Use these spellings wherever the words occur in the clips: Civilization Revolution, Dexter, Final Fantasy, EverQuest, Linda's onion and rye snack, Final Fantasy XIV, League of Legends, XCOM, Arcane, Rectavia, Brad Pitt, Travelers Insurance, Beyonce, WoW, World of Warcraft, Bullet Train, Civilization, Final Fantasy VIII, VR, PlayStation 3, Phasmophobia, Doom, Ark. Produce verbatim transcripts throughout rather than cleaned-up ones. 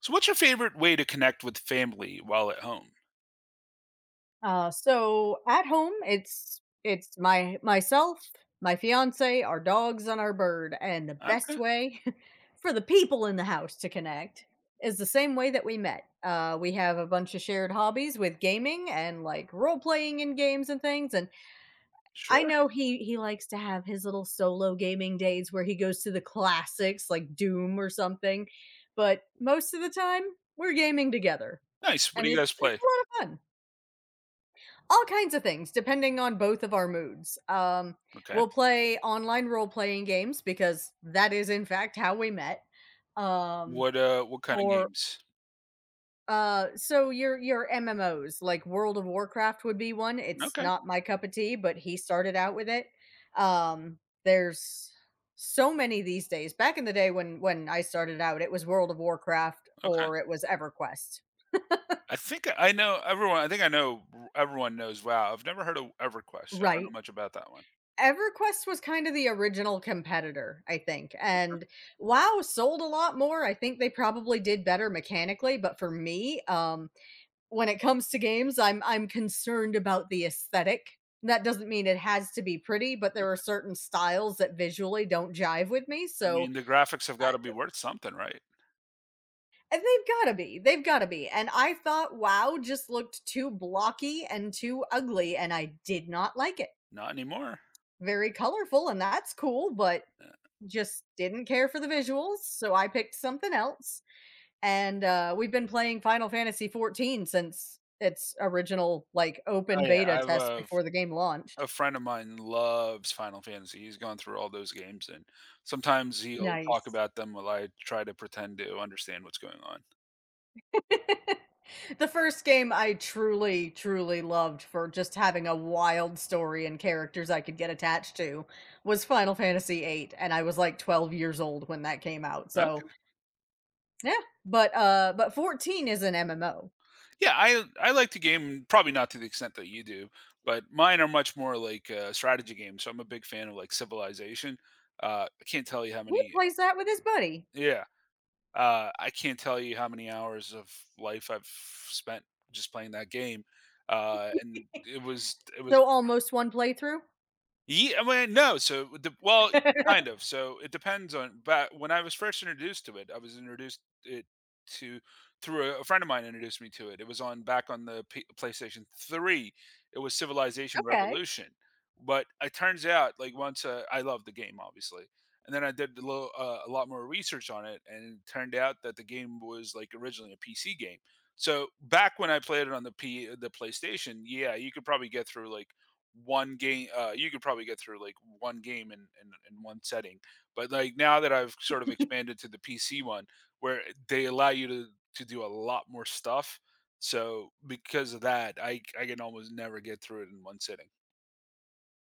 So what's your favorite way to connect with family while at home? Uh, so at home, it's it's my myself, my fiance, our dogs, and our bird. And the best Okay, way for the people in the house to connect is the same way that we met. Uh, we have a bunch of shared hobbies with gaming and like role playing in games and things. And I sure. know he he likes to have his little solo gaming days where he goes to the classics like Doom or something. But most of the time, we're gaming together, Nice. What and do you it's guys it's play? a lot of fun, all kinds of things depending on both of our moods. Um, Okay. We'll play online role playing games because that is in fact how we met. Um, What, uh, what kind of or games? uh, so your your M M Os like World of Warcraft would be one. It's Okay, not my cup of tea, but he started out with it. Um, there's so many these days. Back in the day when when I started out, it was World of Warcraft okay. or it was EverQuest. I think I know everyone I think I know everyone knows WoW. I've never heard of EverQuest. so I don't know Right. much about that one. EverQuest was kind of the original competitor, I think. And WoW sold a lot more. I think they probably did better mechanically, but for me, um, when it comes to games, I'm I'm concerned about the aesthetic. That doesn't mean it has to be pretty, but there are certain styles that visually don't jive with me. I So, mean, the graphics have uh, gotta be worth something, right? and they've got to be. They've got to be. And I thought WoW just looked too blocky and too ugly, and I did not like it. Not anymore. Very colorful, and that's cool, but Uh, just didn't care for the visuals, so I picked something else. And uh, we've been playing Final Fantasy fourteen since its original like open oh, yeah. I beta have test a before the game launched. a friend of mine loves Final Fantasy. He's gone through all those games, and sometimes he'll talk Nice. about them while I try to pretend to understand what's going on. The first game I truly, truly loved for just having a wild story and characters I could get attached to was Final Fantasy eight, and I was like twelve years old when that came out. So yeah, but uh, but fourteen is an M M O. Yeah, I I like to game, probably not to the extent that you do, but mine are much more like uh, strategy games. So I'm a big fan of like Civilization. Uh, I can't tell you how Who many. plays that with his buddy? Yeah, uh, I can't tell you how many hours of life I've spent just playing that game. Uh, and it was it was So almost one playthrough? Yeah, I mean, no, so the well, kind of. So it depends on but when I was first introduced to it, I was introduced it to through a a friend of mine introduced me to it. It was on back on the P PlayStation three. It was Civilization Okay. Revolution, but it turns out, like, once, uh I loved the game, obviously, and then I did a little, uh, a lot more research on it, and it turned out that the game was, like, originally a P C game. So back when I played it on the P the PlayStation, yeah, you could probably get through, like, one game uh, you could probably get through like one game in, in in one setting, but like now that I've sort of expanded to the PC one where they allow you to to do a lot more stuff. So because of that, i i can almost never get through it in one sitting.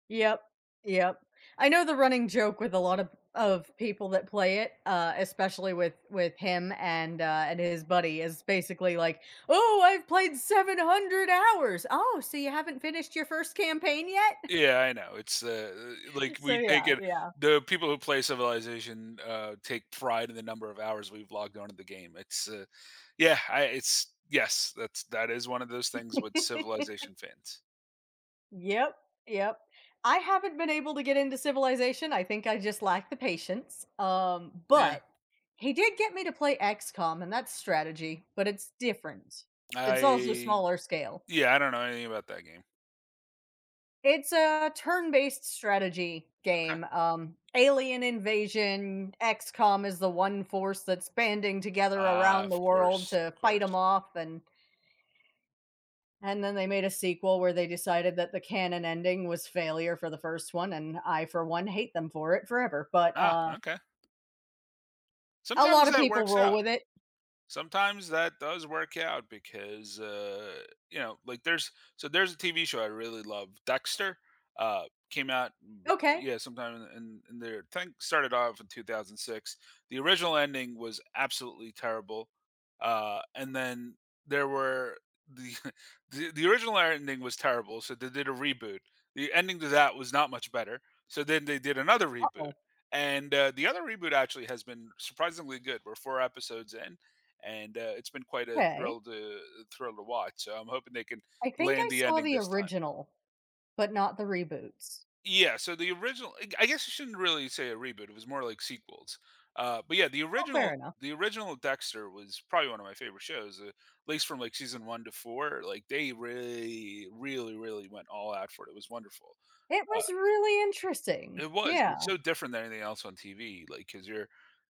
Yep, yep. I know the running joke with a lot of of people that play it, uh, especially with with him and, uh, and his buddy is basically like, "Oh, I've played seven hundred hours." "Oh, so you haven't finished your first campaign yet?" Yeah, I know it's uh, uh, like So we take yeah, it yeah. the people who play Civilization uh take pride in the number of hours we've logged onto the game. It's uh, yeah, I it's yes, that's that is one of those things with Civilization fans. Yep, yep. I haven't been able to get into Civilization. I think I just lack the patience. Um, yeah But he did get me to play XCOM, and that's strategy, but it's different. It's also I smaller scale. Yeah, I don't know anything about that game. It's a turn-based strategy Okay. game. Um, alien invasion. XCOM is the one force that's banding together Ah, around the of world course, to of fight them course. off. and And then they made a sequel where they decided that the canon ending was failure for the first one, and I, for one, hate them for it forever. But Ah, uh, okay. A lot Sometimes of that people works roll out. with it. Sometimes that does work out because, uh, you know, like there's so there's a T V show I really love, Dexter. Uh, Came out, mm, Okay. yeah, sometime in, in, in there. Think started off in two thousand six. The original ending was absolutely terrible, uh, and then there were the, the the original ending was terrible, so they did a reboot. The ending to that was not much better, so then they did another reboot. Oh, And uh, the other reboot actually has been surprisingly good. We're four episodes in, and uh, it's been quite a okay. thrill to thrill to watch. So I'm hoping they can I think land I the saw ending the this time. original, but not the reboots. Yeah, so the original I guess you shouldn't really say a reboot. It was more like sequels. Uh, but yeah, the Oh, fair original enough. the original Dexter was probably one of my favorite shows. Uh, at least from like season one to four, like they really really really went all out for it. It was wonderful. It was really interesting. It was. Yeah, It's so different than anything else on T V, Like, because 'cause you're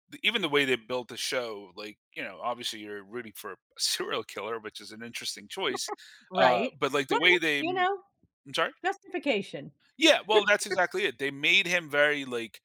the even the way they built the show, like, you know, obviously, you're rooting for a serial killer, which is an interesting choice, uh, right. but, like, But the hey, way they I you know, I'm sorry? justification. Yeah, well, that's exactly it. They made him very, like,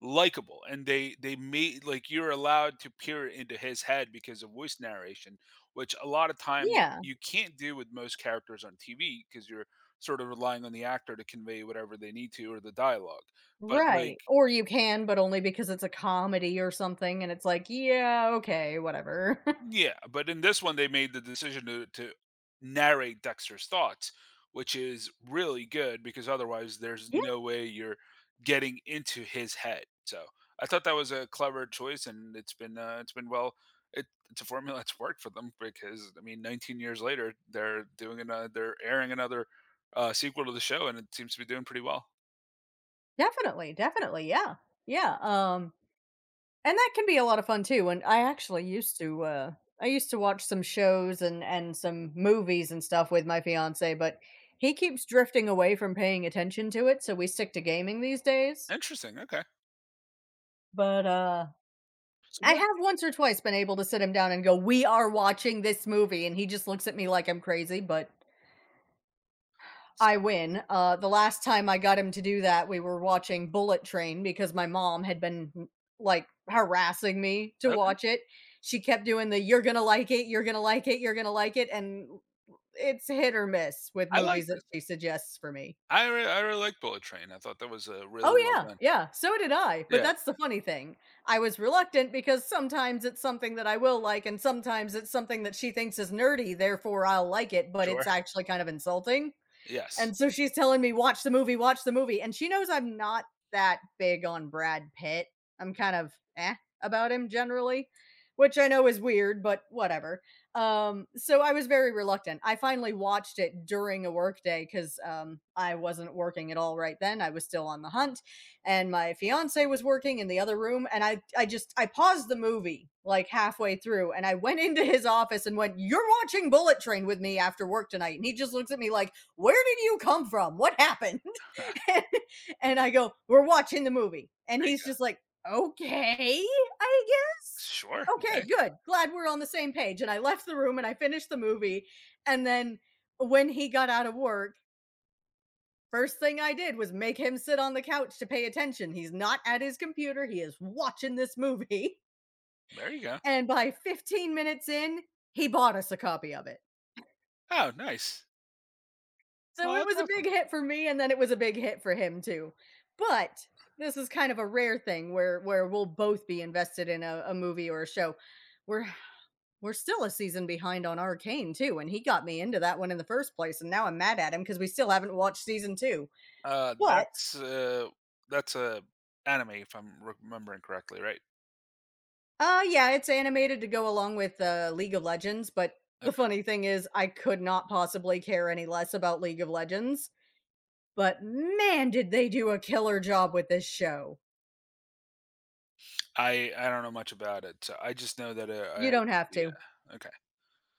likable, and they they made like, you're allowed to peer into his head because of voice narration, which a lot of times Yeah, you can't do with most characters on T V because 'cause you're sort of relying on the actor to convey whatever they need to or the dialogue, but, like right. Or you can, but only because it's a comedy or something, and it's like, yeah, okay, whatever. Yeah, but in this one, they made the decision to, to narrate Dexter's thoughts, which is really good because otherwise, there's Yeah. no way you're getting into his head. So I thought that was a clever choice, and it's been uh, it's been well. It, it's a formula that's worked for them because I mean, nineteen years later, they're doing another, they're airing another uh, sequel to the show, and it seems to be doing pretty well. Definitely, definitely, yeah. Yeah, um, and that can be a lot of fun too, and I actually used to, uh I used to watch some shows and and some movies and stuff with my fiancé, but he keeps drifting away from paying attention to it, so we stick to gaming these days. Interesting. Okay. But, uh, So I what? have once or twice been able to sit him down and go, "We are watching this movie," and he just looks at me like I'm crazy, but I win. Uh, the last time I got him to do that, we were watching Bullet Train because my mom had been like harassing me to Okay, watch it. She kept doing the "You're gonna like it, you're gonna like it, you're gonna like it," and it's hit or miss with I movies liked that it. she suggests for me. I re- I really liked Bullet Train. I thought that was uh, really Oh well yeah, done. yeah. So did I. But Yeah. that's the funny thing. I was reluctant because sometimes it's something that I will like, and sometimes it's something that she thinks is nerdy. Therefore, I'll like it, but it's Sure. actually kind of insulting. Yes. And so she's telling me, watch the movie, watch the movie. And she knows I'm not that big on Brad Pitt. I'm kind of eh about him generally, which I know is weird, but whatever. Um, so I was very reluctant. I finally watched it during a work day because um, I wasn't working at all right then. I was still on the hunt, and my fiance was working in the other room. And I, I just, I paused the movie like halfway through, and I went into his office and went, "You're watching Bullet Train with me after work tonight." And he just looks at me like, where did you come from? What happened? There and, and I go, we're watching the movie. And you he's go. just like, okay, I guess. Sure. Okay, Hey, good. Glad we're on the same page. And I left the room and I finished the movie. And then when he got out of work, first thing I did was make him sit on the couch to pay attention. He's not at his computer, he is watching this movie. there you go. And by fifteen minutes in, he bought us a copy of it. Oh, nice. So Well, it that's was a big awesome. hit for me, and then it was a big hit for him too. But this is kind of a rare thing where where we'll both be invested in a, a movie or a show. We're we're still a season behind on Arcane too, and he got me into that one in the first place, and now I'm mad at him because we still haven't watched season two. Uh, But that's uh, that's a anime, if I'm re- remembering correctly, right? Uh yeah, it's animated to go along with uh, League of Legends. But the Okay. funny thing is, I could not possibly care any less about League of Legends. But man, did they do a killer job with this show! I I don't know much about it. So I just know that uh, I You have. don't have Yeah. to. Okay.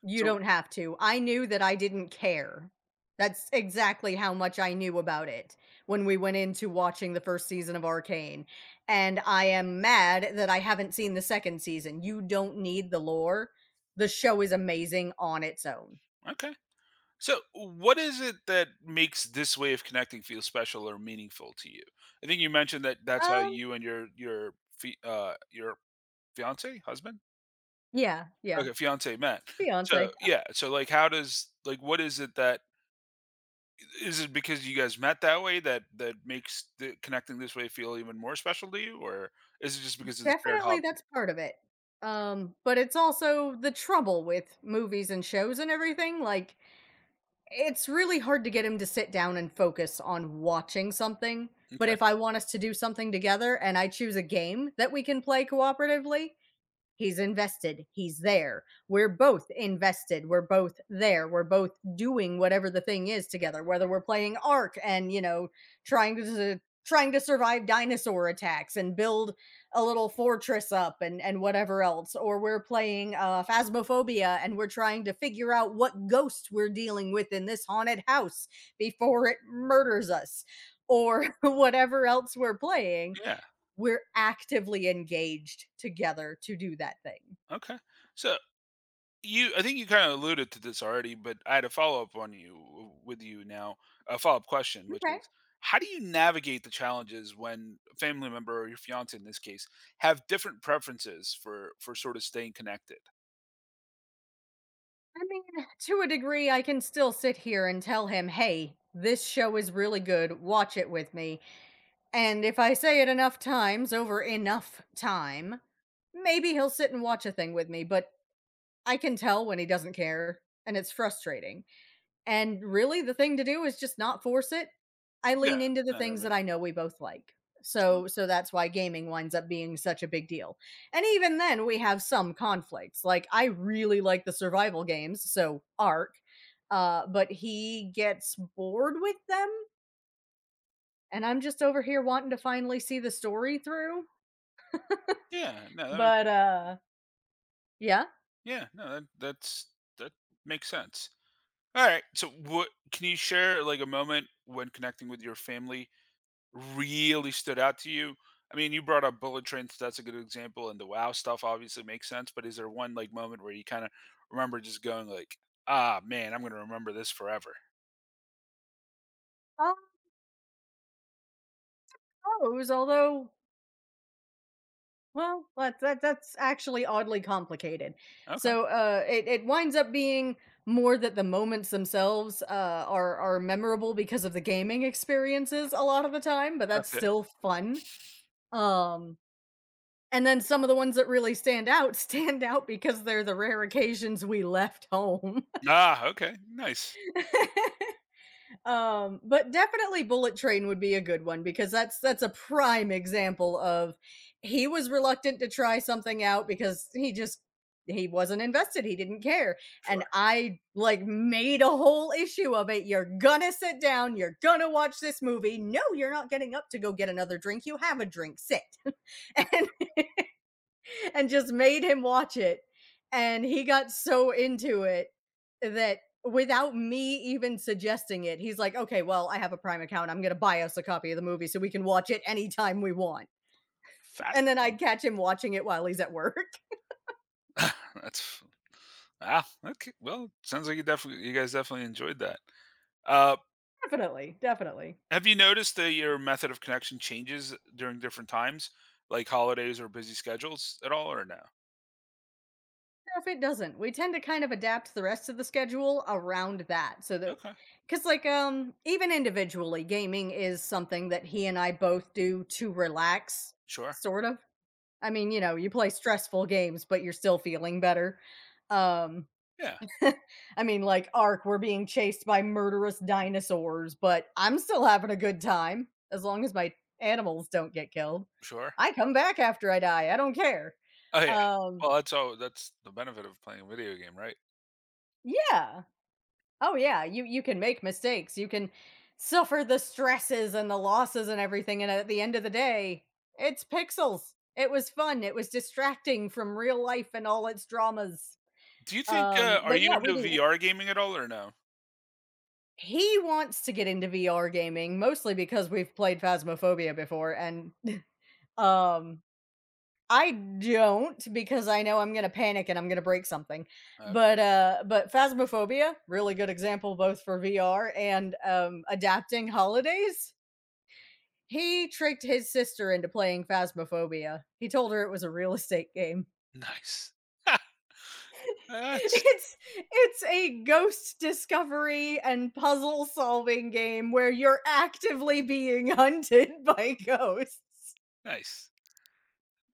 You So don't have to. I knew that I didn't care. That's exactly how much I knew about it when we went into watching the first season of Arcane. And I am mad that I haven't seen the second season. You don't need the lore. The show is amazing on its own. okay. So what is it that makes this way of connecting feel special or meaningful to you? I think you mentioned that that's how Um, you and your your fi- uh your fiance husband. yeah, yeah. Okay, fiancé met. So, Beyonce. Uh, yeah, so, like, how does like, what is it that is it because you guys met that way that that makes the connecting this way feel even more special to you, or is it just because it's a shared Definitely hobby? that's part of it. Um, but it's also the trouble with movies and shows and everything. Like, it's really hard to get him to sit down and focus on watching something. But Okay. if I want us to do something together and I choose a game that we can play cooperatively, he's invested. He's there. We're both invested. We're both there. We're both doing whatever the thing is together, whether we're playing Ark and, you know, trying to trying to survive dinosaur attacks and build a little fortress up and and whatever else, or we're playing uh Phasmophobia and we're trying to figure out what ghost we're dealing with in this haunted house before it murders us or whatever else we're playing, Yeah, we're actively engaged together to do that thing. okay. So, you I think you kinda alluded to this already, but I had a follow-up on you with you now, a follow-up question, which Okay. I is, how do you navigate the challenges when a family member or your fiancé in this case have different preferences for for sort of staying connected? mean, to a degree, I can still sit here and tell him, hey, this show is really good. Watch it with me. And if I say it enough times over enough time, maybe he'll sit and watch a thing with me. But I can tell when he doesn't care. And it's frustrating. And really, the thing to do is just not force it. I Yeah. lean into the No, that things that makes I know we both like. So so that's why gaming winds up being such a big deal. And even then we have some conflicts. Like I really like the survival games, so Ark, uh but he gets bored with them and I'm just over here wanting to finally see the story through. Yeah, no, that make But uh Yeah, yeah, no, that that's that makes sense. Alright, so what can you share, like, a moment when connecting with your family really stood out to you? I mean, you brought up bullet trains, that's a good example, and the wow stuff obviously makes sense, but is there one, like, moment where you kinda remember just going like, "Ah, man, I'm gonna remember this forever." all those although, well, that's that that's actually oddly complicated. Okay, So uh, it it winds up being more that the moments themselves uh, are are memorable because of the gaming experiences a lot of the time, but that's okay. still fun. Um, and then some of the ones that really stand out stand out because they're the rare occasions we left home. Ah, okay, nice. Um but definitely Bullet Train would be a good one because that's that's a prime example of, he was reluctant to try something out because he just, he wasn't invested, he didn't care, and Sure. I like made a whole issue of it. You're gonna sit down, you're gonna watch this movie, no, you're not getting up to go get another drink, you have a drink, sit. and and just made him watch it. And he got so into it that without me even suggesting it, he's like, okay, well, I have a Prime account. I'm going to buy us a copy of the movie so we can watch it anytime we want. And then Fascinating. I'd catch him watching it while he's at work. That's wow, okay, well, sounds like you definitely you guys definitely enjoyed that. Uh. Definitely. Definitely. Have you noticed that your method of connection changes during different times, like holidays or busy schedules at all, or no? If it doesn't, we tend to kind of adapt the rest of the schedule around that so that. Okay, Because, like, um, even individually, gaming is something that he and I both do to relax, sure. sort of. I mean, you know, you play stressful games, but you're still feeling better. Um, Yeah, I mean, like Ark, we're being chased by murderous dinosaurs, but I'm still having a good time as long as my animals don't get killed. sure. I come back after I die. I don't care. Oh yeah. Um, Well, that's all. That's the benefit of playing a video game, right? yeah. Oh yeah, you you can make mistakes. You can suffer the stresses and the losses and everything, and at the end of the day, it's pixels. It was fun. It was distracting from real life and all its dramas. Do you think? Uh, Um, are But you yeah, we into do. V R gaming at all, or no? He wants to get into V R gaming mostly because we've played Phasmophobia before, and um I don't because I know I'm going to panic and I'm going to break something. Okay. But uh but Phasmophobia, really good example both for V R and um adapting holidays. He tricked his sister into playing Phasmophobia. He told her it was a real estate game. Nice. that's It's it's a ghost discovery and puzzle solving game where you're actively being hunted by ghosts. nice.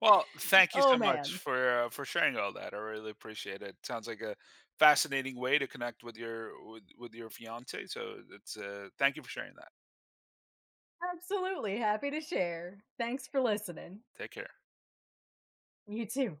Well, thank you Oh, so much man. for uh, for sharing all that. I really appreciate it. Sounds like a fascinating way to connect with your with, with your fiance. So it's uh, thank you for sharing that. Absolutely happy to share. Thanks for listening. Take care. You too.